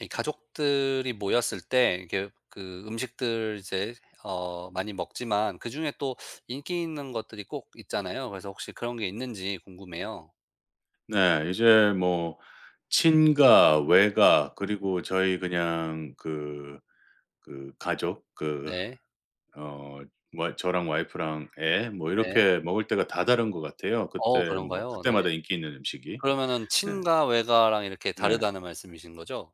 이 가족들이 모였을 때 이게 그 음식들 이제 어 많이 먹지만 그중에 또 인기 있는 것들이 꼭 있잖아요. 그래서 혹시 그런 게 있는지 궁금해요. 네. 이제 뭐 친가, 외가 그리고 저희 그냥 그 가족 그. 네. 어 뭐 저랑 와이프랑 애 뭐 네. 이렇게 먹을 때가 다 다른 것 같아요. 어 그때 뭐 그런가요? 네. 그때마다 인기 있는 음식이. 그러면은 네. 친가 외가랑 이렇게 네. 다르다는 말씀이신 거죠?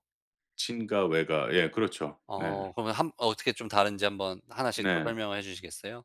친가, 외가. 예, 그렇죠. 네. 어 그러면 한 어떻게 좀 다른지 한번 하나씩 또 네. 설명을 해 주시겠어요?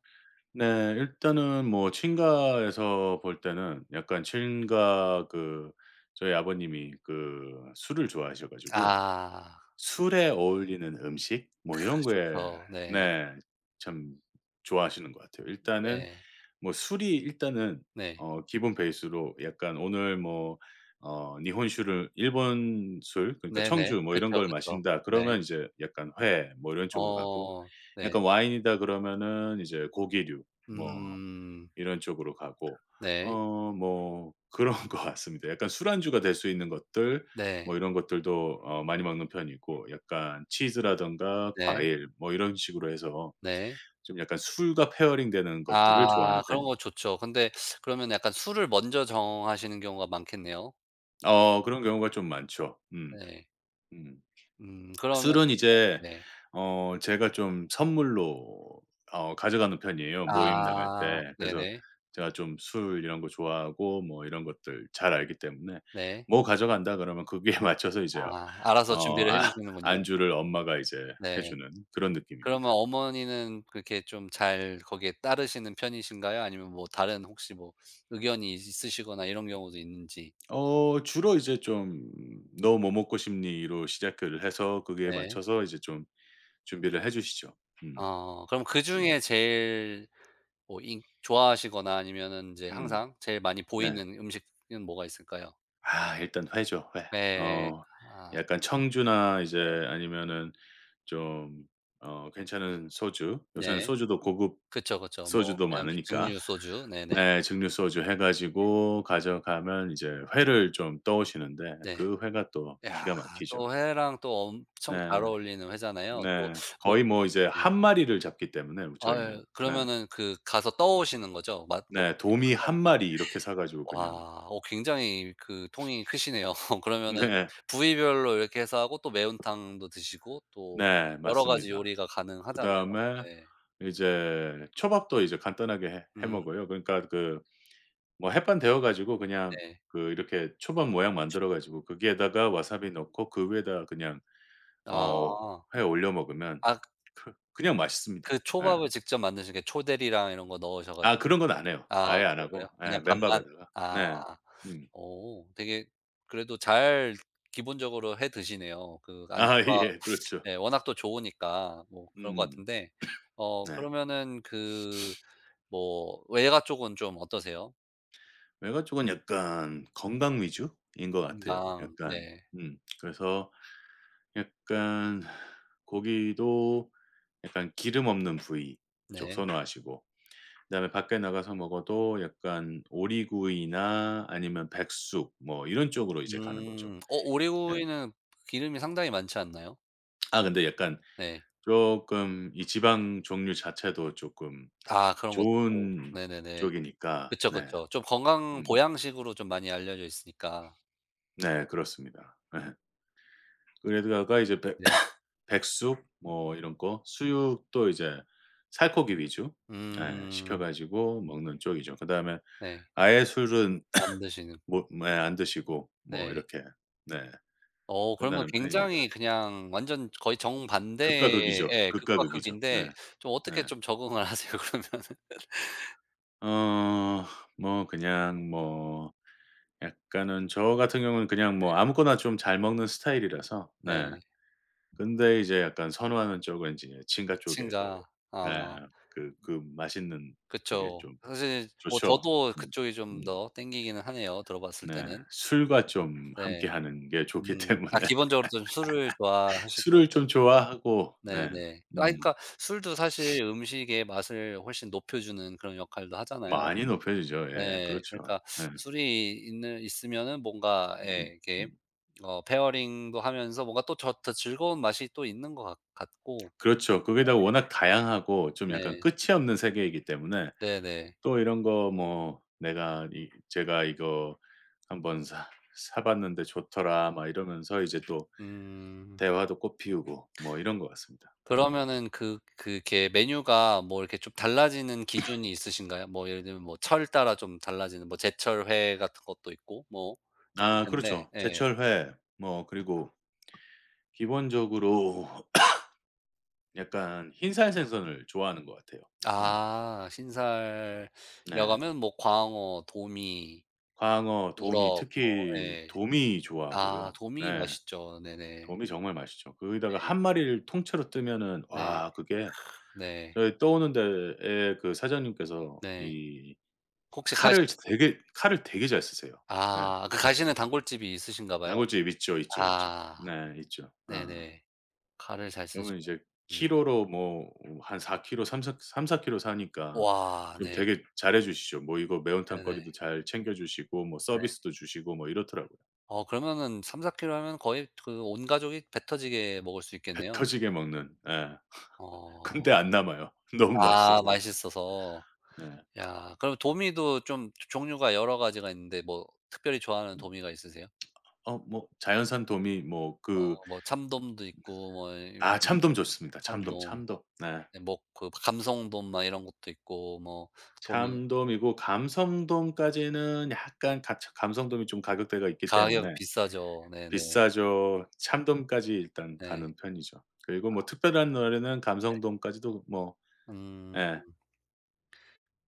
네. 일단은 뭐 친가에서 볼 때는 약간 친가 그, 저희 아버님이 그 술을 좋아하셔 가지고 아. 술에 어울리는 음식 뭐 이런 거에 좋죠. 네. 네 참 좋아하시는 것 같아요. 일단은 네. 뭐 술이 일단은 네. 기본 베이스로 약간 오늘 뭐 니혼슈를, 일본 술 그러니까 네네. 청주 뭐 이런 그쵸, 걸 그쵸. 마신다 네. 그러면 이제 약간 회 뭐 이런 쪽으로 가고, 어 네. 약간 와인이다 그러면은 이제 고기류 뭐 음. 이런 쪽으로 가고 네. 뭐 그런 것 같습니다. 약간 술안주가 될 수 있는 것들 뭐 네. 이런 것들도 많이 먹는 편이고, 약간 치즈라든가 네. 과일 뭐 이런 식으로 해서 네. 좀 약간 술과 페어링 되는 것들을 아 좋아하는 편이. 그런 거 좋죠. 근데 그러면 약간 술을 먼저 정하시는 경우가 많겠네요. 그런 경우가 좀 많죠. 음. 네. 음. 그러면 술은 이제 네. 제가 좀 선물로 가져가는 편이에요, 모임 나갈 아 때. 그래서 네네. 제가 좀 술 이런 거 좋아하고 뭐 이런 것들 잘 알기 때문에 네. "뭐 가져간다." 그러면 거기에 맞춰서 이제 아 알아서 어 준비를 해 아 주시는군요. 안주를 엄마가 이제 해 네. 주는 그런 그러면 느낌입니다. 어머니는 그렇게 좀 잘 거기에 따르시는 편이신가요? 아니면 뭐 다른 혹시 뭐 의견이 있으시거나 이런 경우도 있는지. 주로 이제 좀 "너 뭐 먹고 싶니?"로 시작을 해서 거기에 네. 맞춰서 이제 좀 준비를 해 주시죠. 음. 어 그럼 음. 그중에 제일 뭐 인 좋아하시거나 아니면은 이제 음. 항상 제일 많이 네. 보이는 음식은 뭐가 있을까요? 아, 일단 회죠, 회. 네. 어 아 약간 청주나 이제 네. 아니면은 좀 괜찮은 소주, 요새는 네. 소주도 고급 그쵸, 그쵸. 뭐 소주도 그냥 저 많으니까 증류 소주. 네네. 네, 증류 소주 해 가지고 가져가면 이제 회를 좀 떠오시는데 네. 그 회가 또 야 기가 막히죠. 또 회랑 또 엄청 네. 잘 어울리는 회잖아요. 또 네. 뭐 거의 뭐 이제 네. 한 마리를 잡기 때문에 저희는. 아유 네. 그러면은 그 가서 떠오시는 거죠? 맛 뭐 네, 도미 한 마리 이렇게 사 가지고 그냥. 와 어 굉장히 그 통이 크시네요. 그러면은 네. 부위별로 이렇게 해서 하고 또 매운탕도 드시고 또 네, 여러 가지 맞습니다. 요리가 가능하잖아요. 그다음에 네. 이제 초밥도 이제 간단하게 해 음. 먹어요. 그러니까 그 뭐 햇반 데워 가지고 그냥 네. 그 이렇게 초밥 모양 만들어 가지고 거기에다가 와사비 넣고 그 위에다 그냥 어 아. 회 올려 먹으면 아 그 그냥 맛있습니다. 그 예. 초밥을 직접 만드신 게 초대리랑 이런 거 넣으셔 가지고 아 그런 건 안 해요. 아 아예 안 그래요 하고, 예, 그냥 밥만? 맨밥에다가. 아. 네. 음. 오 되게 그래도 잘 기본적으로 해 드시네요. 그 아, 안주가 예. 그렇죠. 예 워낙 또 좋으니까 뭐 그런 것 음. 같은데 어 네. 그러면은 그 뭐 외가 쪽은 좀 어떠세요? 외가 쪽은 약간 건강 위주인 것 같아요. 건강 약간 네. 그래서 약간 고기도 약간 기름 없는 부위 쪽 네. 선호하시고 그다음에 밖에 나가서 먹어도 약간 오리구이나 아니면 백숙 뭐 이런 쪽으로 이제 가는 거죠. 음. 어 예. 오리구이는 기름이 상당히 많지 않나요? 아 근데 약간 네. 쪼끔 이 지방 종류 자체도 쪼끔 아 그런 것도. 좋은 네네네. 쪽이니까 그쵸, 네. 그쵸. 좀 건강 음. 보양식으로 좀 많이 알려져 있으니까. 네, 그렇습니다. 예. 그러다가 이제 백 네. 백숙 뭐 이런 거 수육도 이제 살코기 위주 예 음. 시켜 가지고 먹는 쪽이죠. 그다음에 네. 아예 술은 안 드시는. 뭐 예 안 드시고 뭐 네. 이렇게 네 어 그러면 끝나는 편입니다. 굉장히 그냥 완전 거의 극과 정반대의 극이죠. 예 극과 극과 극이죠. 네. 극인데 좀 어떻게 네. 좀 적응을 하세요 그러면? 어 뭐 그냥 뭐 약간은 저 같은 경우는 그냥 네. 뭐 아무거나 좀 잘 먹는 스타일이라서 네. 네. 근데 이제 약간 선호하는 쪽은 이제 친가 쪽에 그, 친가. 아 예. 그 맛있는 그게 그쵸. 좀 사실 뭐 좋죠. 저도 음. 그쪽이 좀 음. 더 땡기기는 하네요 들어봤을 네. 때는. 술과 좀 네. 함께하는 게 좋기 음. 아 때문에 기본적으로 좀 술을 좋아하시고 술을 좀 좋아하고 네. 네네. 아 음. 그러니까 술도 사실 음식의 맛을 훨씬 높여주는 그런 역할도 하잖아요. 많이 높여지죠. 예. 네. 그렇죠. 그러니까 예. 술이 있는 있으면은 뭔가 예 음. 이렇게 음. 어 페어링도 하면서 뭔가 또 더 즐거운 맛이 또 있는 것 같 같고 그렇죠. 거기에다가 워낙 다양하고 좀 약간 네. 끝이 없는 세계이기 때문에 네네. 또 이런 거 뭐 "내가 이 제가 이거 한번 사 봤는데 좋더라." 막 이러면서 이제 또 음. 대화도 꽃 피우고 뭐 이런 것 같습니다. 음. 그러면은 그 그게 메뉴가 뭐 이렇게 좀 달라지는 기준이 있으신가요? 뭐 예를 들면 뭐 철 따라 좀 달라지는 뭐 제철 회 같은 것도 있고 뭐 있을 아 텐데 그렇죠. 예. 제철 회 뭐 그리고 기본적으로 약간 흰살 생선을 좋아하는 것 같아요. 음 아 신살이라고 네. 하면 뭐 광어, 도미, 광어, 도미, 우럭 뭐 특히 예. 도미 아 좋아하고요. 도미 네. 맛있죠. 네네. 도미 정말 맛있죠. 거기다가 네. 한 마리를 통째로 뜨면은 네. 와, 그게 네. 저희 떠오는 데에 그 사장님께서 네. 이 혹시 가시 칼을 되게 잘 쓰세요. 예. 아 그 가시는 단골집이 있으신가 봐요. 단골집 있죠, 있죠, 있죠. 아 네 있죠. 어. 네네. 가를 잘 쓰시 그러면 면 이제 키로로 뭐 한4 키로, 3-4, 3사 키로 사니까 와 좀 네. 되게 잘해 주시죠. 뭐 이거 매운탕 네네. 거리도 잘 챙겨 주시고 뭐 네. 서비스도 주시고 뭐 이렇더라고요. 어 그러면은 3-4 킬로 하면 거의 그 온 가족이 배 터지게 먹을 수 배 있겠네요. 터지게 먹는. 예. 어. 근데 안 남아요. 너무 아 맛있어서. 맛있어서. 네. 야 그럼 도미도 좀 종류가 여러 가지가 있는데 뭐 특별히 좋아하는 음. 도미가 있으세요? 뭐 자연산 도미 뭐 그. 어 뭐 참돔도 있고 뭐 이 아 이 참돔 좋습니다. 참돔, 참돔 참돔. 네. 네 뭐 그 감성돔 막 이런 것도 있고 뭐 도미 참돔이고 감성돔까지는 약간 가 감성돔이 좀 가격대가 있기 가격 때문에 비싸죠. 네네. 비싸죠. 참돔까지 일단 네. 가는 편이죠. 그리고 뭐 특별한 날에는 감성돔까지도 뭐 음 예.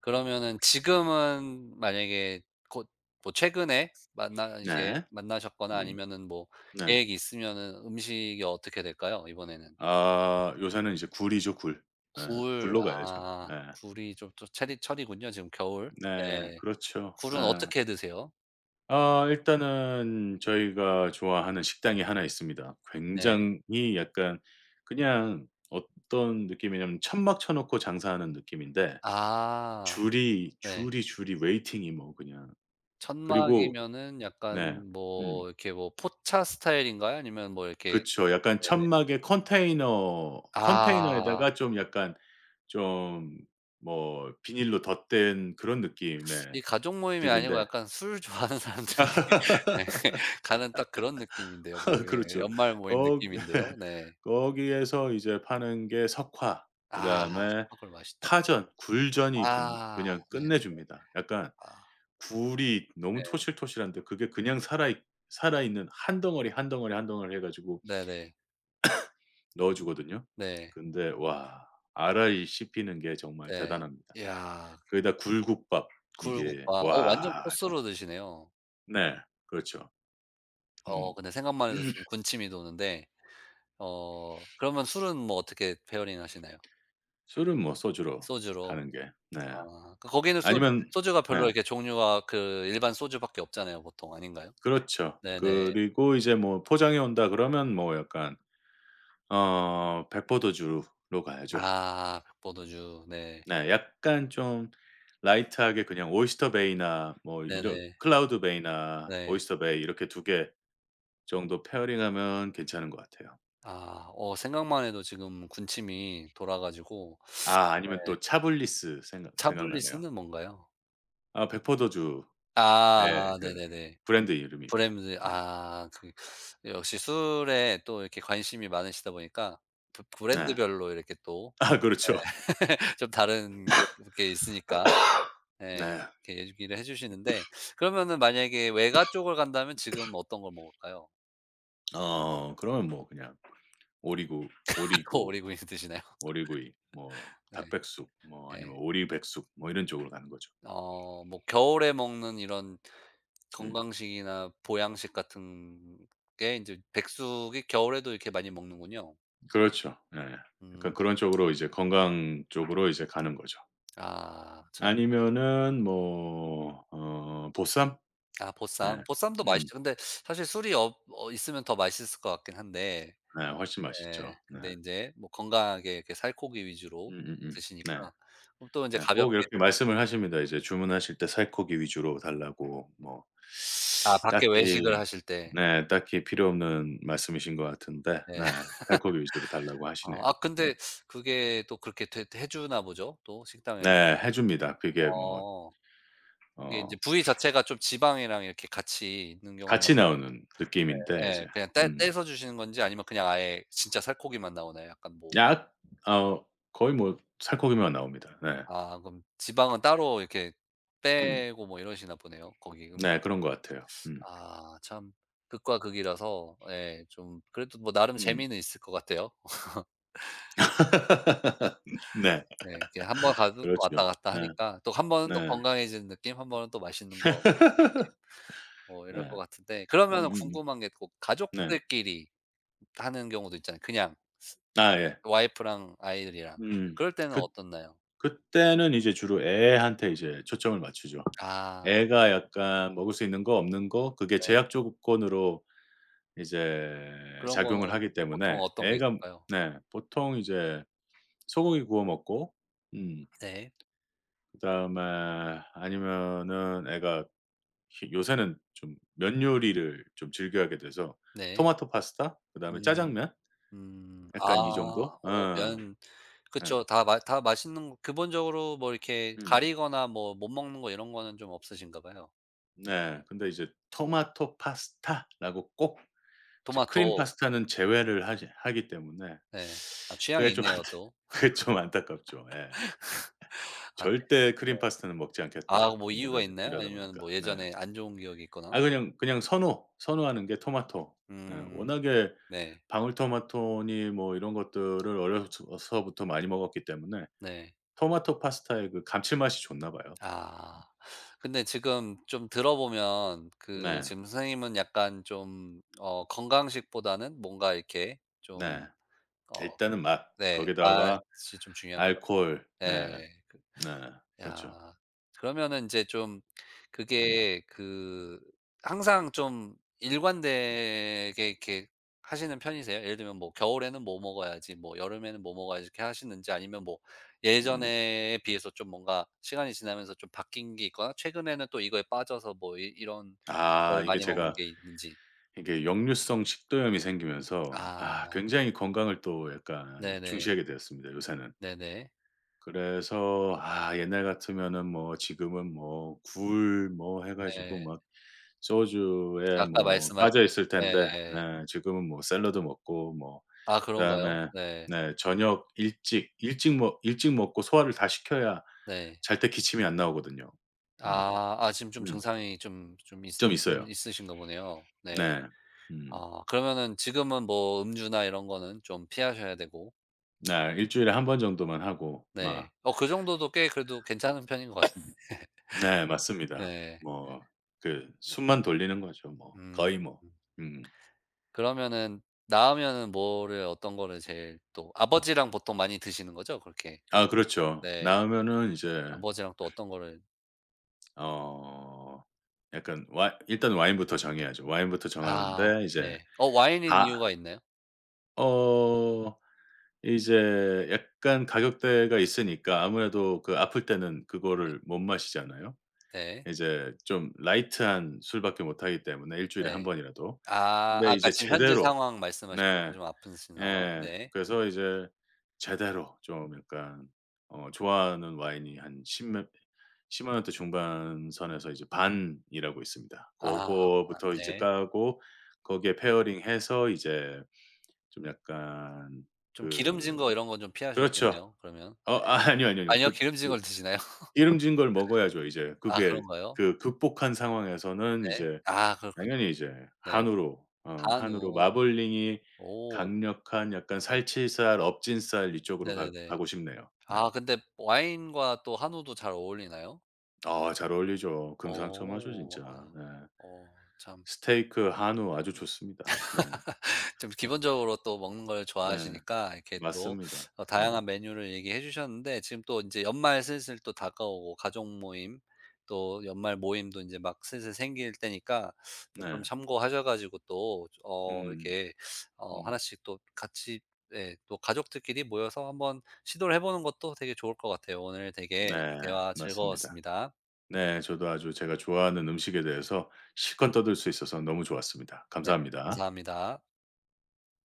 그러면은 지금은 만약에 곧 뭐 최근에 만나 이제 네. 만나셨거나 음 아니면은 뭐 네. 계획이 있으면은 음식이 어떻게 될까요? 이번에는? 아 요새는 이제 굴이죠, 굴. 예. 굴. 굴로 가야죠. 아 예. 굴이 좀 또 철이 철이군요 지금 겨울. 네. 네. 그렇죠. 굴은 예. 어떻게 드세요? 아 일단은 저희가 좋아하는 식당이 하나 있습니다. 네. 굉장히 약간 그냥 어떤 느낌이냐면 천막 쳐 놓고 장사하는 느낌인데 아 네. 줄이 웨이팅이 뭐 그냥. 그리고 천막이면은 네. 약간 음. 뭐 이렇게 뭐 포차 스타일인가요? 아니면 뭐 이렇게 그쵸. 약간 네네. 천막에 컨테이너에다가 아 좀 약간 좀 뭐 비닐로 덧댄 그런 느낌의 이 가족 모임이 아니고 집인데 약간 술 좋아하는 사람들이 예 가는 딱 그런 느낌인데요. 뭐 예 그렇죠. 연말 모임 거 느낌인데요. 네. 거기에서 이제 파는 게 석화 아 그다음에 소박골 맛있죠. 파전, 굴전이 근 아 그냥 네. 끝내줍니다. 약간 아 굴이 너무 네. 토실토실한데 그게 그냥 살아있는 한 덩어리 해 가지고 네 네. 넣어 주거든요. 네. 근데 와 알알이 씹히는 게 정말 네. 대단합니다. 이야. 거기다 굴국밥 이게 굴국밥. 어 완전 와 저 코스로 드시네요. 네. 그렇죠. 어 음. 근데 생각만 해도 지금 군침이 도는데 어 그러면 술은 뭐 어떻게 페어링 하시나요? 술은 뭐 소주로 소주로. 가는 게 네. 아 그 거기는 소 아니면 소주가 별로 네. 이렇게 종류가 그 일반 소주밖에 없잖아요 보통. 아닌가요? 그렇죠. 네네. 그리고 이제 뭐 포장해 온다 그러면 뭐 약간 백포도주로 가야죠. 아 백포도주. 네. 네. 약간 좀 라이트하게 그냥 오이스터 베이나 뭐 이런 네네. 클라우드 베이나 네. 오이스터 베이 이렇게 두개 정도 페어링하면 괜찮은 것 같아요. 아 어 생각만 해도 지금 군침이 돌아 가지고 아 아니면 네. 또 차블리스 생각나네요. 차블리스는 뭔가요? 아 백포도주 예 아 아, 그 네네네. 브랜드 이름입니다. 브랜드 네. 아 그 역시 술에 또 이렇게 관심이 많으시다 보니까 브 네. 브랜드별로 이렇게 또 아 그렇죠. 예 좀 다른 게 그렇게 있으니까 예 네. 이렇게 얘기를 해 주시는데 그러면은 만약에 외가 쪽을 간다면 지금 어떤 걸 먹을까요? 어 그러면 뭐 그냥 오리구 또 오리고 오리구이 드시나요? 오리구이 뭐 네. 닭백숙 뭐 네. 아니면 오리백숙 뭐 이런 쪽으로 가는 거죠. 어 뭐 겨울에 먹는 이런 음 건강식이나 보양식 같은 게 인제 백숙이 겨울에도 이렇게 많이 먹는군요. 그렇죠. 예. 약간 음. 그런 쪽으로 이제 건강 쪽으로 이제 가는 거죠. 아 참. 아니면은 뭐 보쌈? 아 예. 보쌈. 보쌈도 음. 맛있죠. 근데 사실 술이 없 어 있으면 더 맛있을 것 같긴 한데 네. 훨씬 맛있죠. 예 네. 근데 인제 뭐 건강하게 이렇게 살코기 위주로 네. 드시니까 그럼 또 인제 네. 가볍게 꼭 이렇게 말씀을 하십니다. 이제 주문하실 때 살코기 위주로 달라고 뭐 아 밖에 딱히 외식을 하실 때 네, 딱히 필요 없는 말씀이신 것 같은데 네. 네 살코기 위주로 달라고 아 아 하시네요. 근데 그게 또 그렇게 되 해 주나 보죠? 또 식당에서. 네. 해 줍니다. 그게 뭐 어. 그게 어 인제 부위 자체가 좀 지방이랑 이렇게 같이 있는 경우가 같이 많 나오는 느낌인데 이제 예. 그냥 떼 음 떼서 주시는 건지 아니면 그냥 아예 진짜 살코기만 나오나요? 약간 뭐 약 어 거의 뭐 살코기만 나옵니다. 네. 아 그럼 지방은 따로 이렇게 음. 빼고 뭐 이러시나 보네요. 거기 네. 그런 것 같아요. 음. 아 참 극과 극이라서 예 좀 그래도 뭐 나름 음. 재미는 있을 것 같아요. 네. 네 이렇게 한번 가도 또 왔다 그렇죠. 갔다 네. 하니까 또 한 번은 또 네. 건강해지는 느낌 한 번은 또 맛있는 거 뭐 이럴 것 네. 같은데 그러면은 음음음. 궁금한 게 꼭 네. 가족들끼리 하는 경우도 있잖아요. 그냥 아 예. 와이프랑 아이들이랑. 음. 그럴 때는 그 어떻나요? 그때는 이제 주로 애한테 이제 초점을 맞추죠. 아 애가 약간 먹을 수 있는 거 없는 거 그게 네. 제약 조건으로 이제 그런 작용을 거는 하기 보통 때문에 어떤 게 애가 있을까요? 네 보통 이제 소고기 구워 먹고 음 네. 그다음에 아니면은 애가 히 요새는 좀 면 요리를 좀 즐겨하게 돼서 네. 토마토 파스타 그다음에 음. 짜장면 음. 아. 약간 이 정도? 오 어. 면 예. 그쵸. 다 맛 다 맛있는 거 기본적으로 뭐 이렇게 음. 가리거나 뭐 못 먹는 거 이런 거는 좀 없으신가 봐요. 네. 근데 이제 토마토 파스타라고 꼭 이제 토마토. 크림 파스타는 제외를 하지 하기 때문에 네. 아 그게 취향이 좀 안타 있네요 또. 그게 좀 안타깝죠. 예. 아 네. '절대 네. 크림 파스타는 먹지 아 않겠다.' 뭐 이유가 이러지 있나요? 이러다 아니면 뭐 보니까. 네. 예전에 안 좋은 기억이 있거나? 아 그냥 그냥 선호하는 게 토마토. 예. 음. 워낙에 네. 방울토마토니 뭐 이런 것들을 어려서 서부터 많이 먹었기 때문에 네. 토마토 파스타의 그 감칠맛이 좋나 봐요. 아. 근데 지금 좀 들어보면 그 네. 지금 선생님은 약간 좀 어 건강식보다는 뭔가 이렇게 네. 좀 어 일단은 맛. 네 거기다가 맛이 좀 중요한 알코올. 네. 예. 그 네. 그렇죠. 야. 그러면은 인제 좀 음. 그게 그 항상 좀 일관되게 이렇게 하시는 편이세요? 예를 들면 뭐 겨울에는 뭐 먹어야지, 뭐 여름에는 뭐 먹어야지 이렇게 하시는지 아니면 뭐 음. 예전에 비해서 좀 뭔가 시간이 지나면서 좀 바뀐 게 있거나 최근에는 또 이거에 빠져서 뭐 이 이런 아 걸 많이 먹는 게 있는지. 이게 역류성 식도염이 생기면서 아 아. 굉장히 건강을 또 약간 네네. 중시하게 되었습니다 요새는. 네네. 그래서 아 옛날 같으면은 뭐 지금은 뭐 굴 뭐 해 가지고 네. 막 그래서 소주에 아까 뭐 말씀하신 빠져 있을 텐데 예예. 네 지금은 뭐 샐러드 먹고 뭐 아 그런가요? 그다음에 네. 네 저녁 일찍 먹고 소화를 다 시켜야 네. 잘 때 기침이 안 나오거든요. 음. 아. 아 지금 좀 음. 증상이 좀 있좀 으 있어요. 있으신가 보네요. 네. 네. 음. 아 그러면은 지금은 뭐 음주나 이런 거는 좀 피하셔야 되고 네. 일 주일에 한 번 정도만 하고 네. 막 어 그 정도도 꽤 그래도 괜찮은 편인 것 같은데. 네 맞습니다. 네. 뭐 그 숨만 돌리는 거죠 뭐. 음. 거의 뭐. 음. 음. 그러면은 나으면은 뭐를 어떤 거를 제일 또 아버지랑 보통 많이 드시는 거죠? 그렇게 그 아 그렇죠. 네. 나오면은 이제 아버지랑 또 어떤 거를 어 약간 와 일단 와인부터 정해야죠. 와인부터 아 정하는데 이제 네. 어 와인인 아 이유가 있나요? 어 이제 약간 가격대가 있으니까 아무래도 그 아플 때는 그거를 못 마시잖아요. 네. 이제 좀 라이트한 술밖에 못 하기 때문에 일 주일에 한 네. 번이라도. 아 근데 아까 이제 지금 현재 제대로 상황 말씀하신 거죠? 네. 좀 아프신 상황. 예. 네. 그래서 이제 제대로 좀 약간 좋아하는 와인이 한 10 몇1 0 원대 중반 선에서 이제 반이라고 있습니다. 아 고거부터 이제 네. 까고 거기에 페어링해서 이제 좀 약간 좀 기름진 그. 거 이런 건 좀 그렇죠. 피하셔야겠네요 그러면. 어 네. 아, 아니요, 아니요, 아니요. 아니요. 기름진 걸 드시나요? 기름진 걸 먹어야죠 이제. 아 그게 그런가요? 그 극복한 상황에서는 네. 이제 아 그렇군요. 당연히 이제 네. 한우로 한우로 한우. 마블링이 오. 강력한 약간 네. 살치살, 엎진살 이쪽으로 가 네네네. 가고 싶네요. 네. 아 근데 와인과 또 한우도 잘 어울리나요? 아 잘 어울리죠. 금상첨화죠 어. 진짜. 아. 네. 어 참. 스테이크, 한우 아주 좋습니다. 네. 좀 기본적으로 또 먹는 걸 네. 좋아하시니까 이렇게 또 맞습니다. 어 음. 다양한 메뉴를 얘기해 주셨는데 지금 또 인제 연말 슬슬 또 다가오고 가족 모임 또 연말 모임도 인제 막 슬슬 생길 때니까 뭐 좀 네. 참고하셔 가지고 또 어 음. 이렇게 어 음. 하나씩 또 같이 예 또 가족들끼리 모여서 한번 시도를 해 보는 것도 되게 좋을 것 같아요. 오늘 되게 네. 대화 맞습니다. 즐거웠습니다. 네. 저도 아주 제가 좋아하는 음식에 대해서 실컷 떠들 수 있어서 너무 좋았습니다. 네 감사합니다. 감사합니다.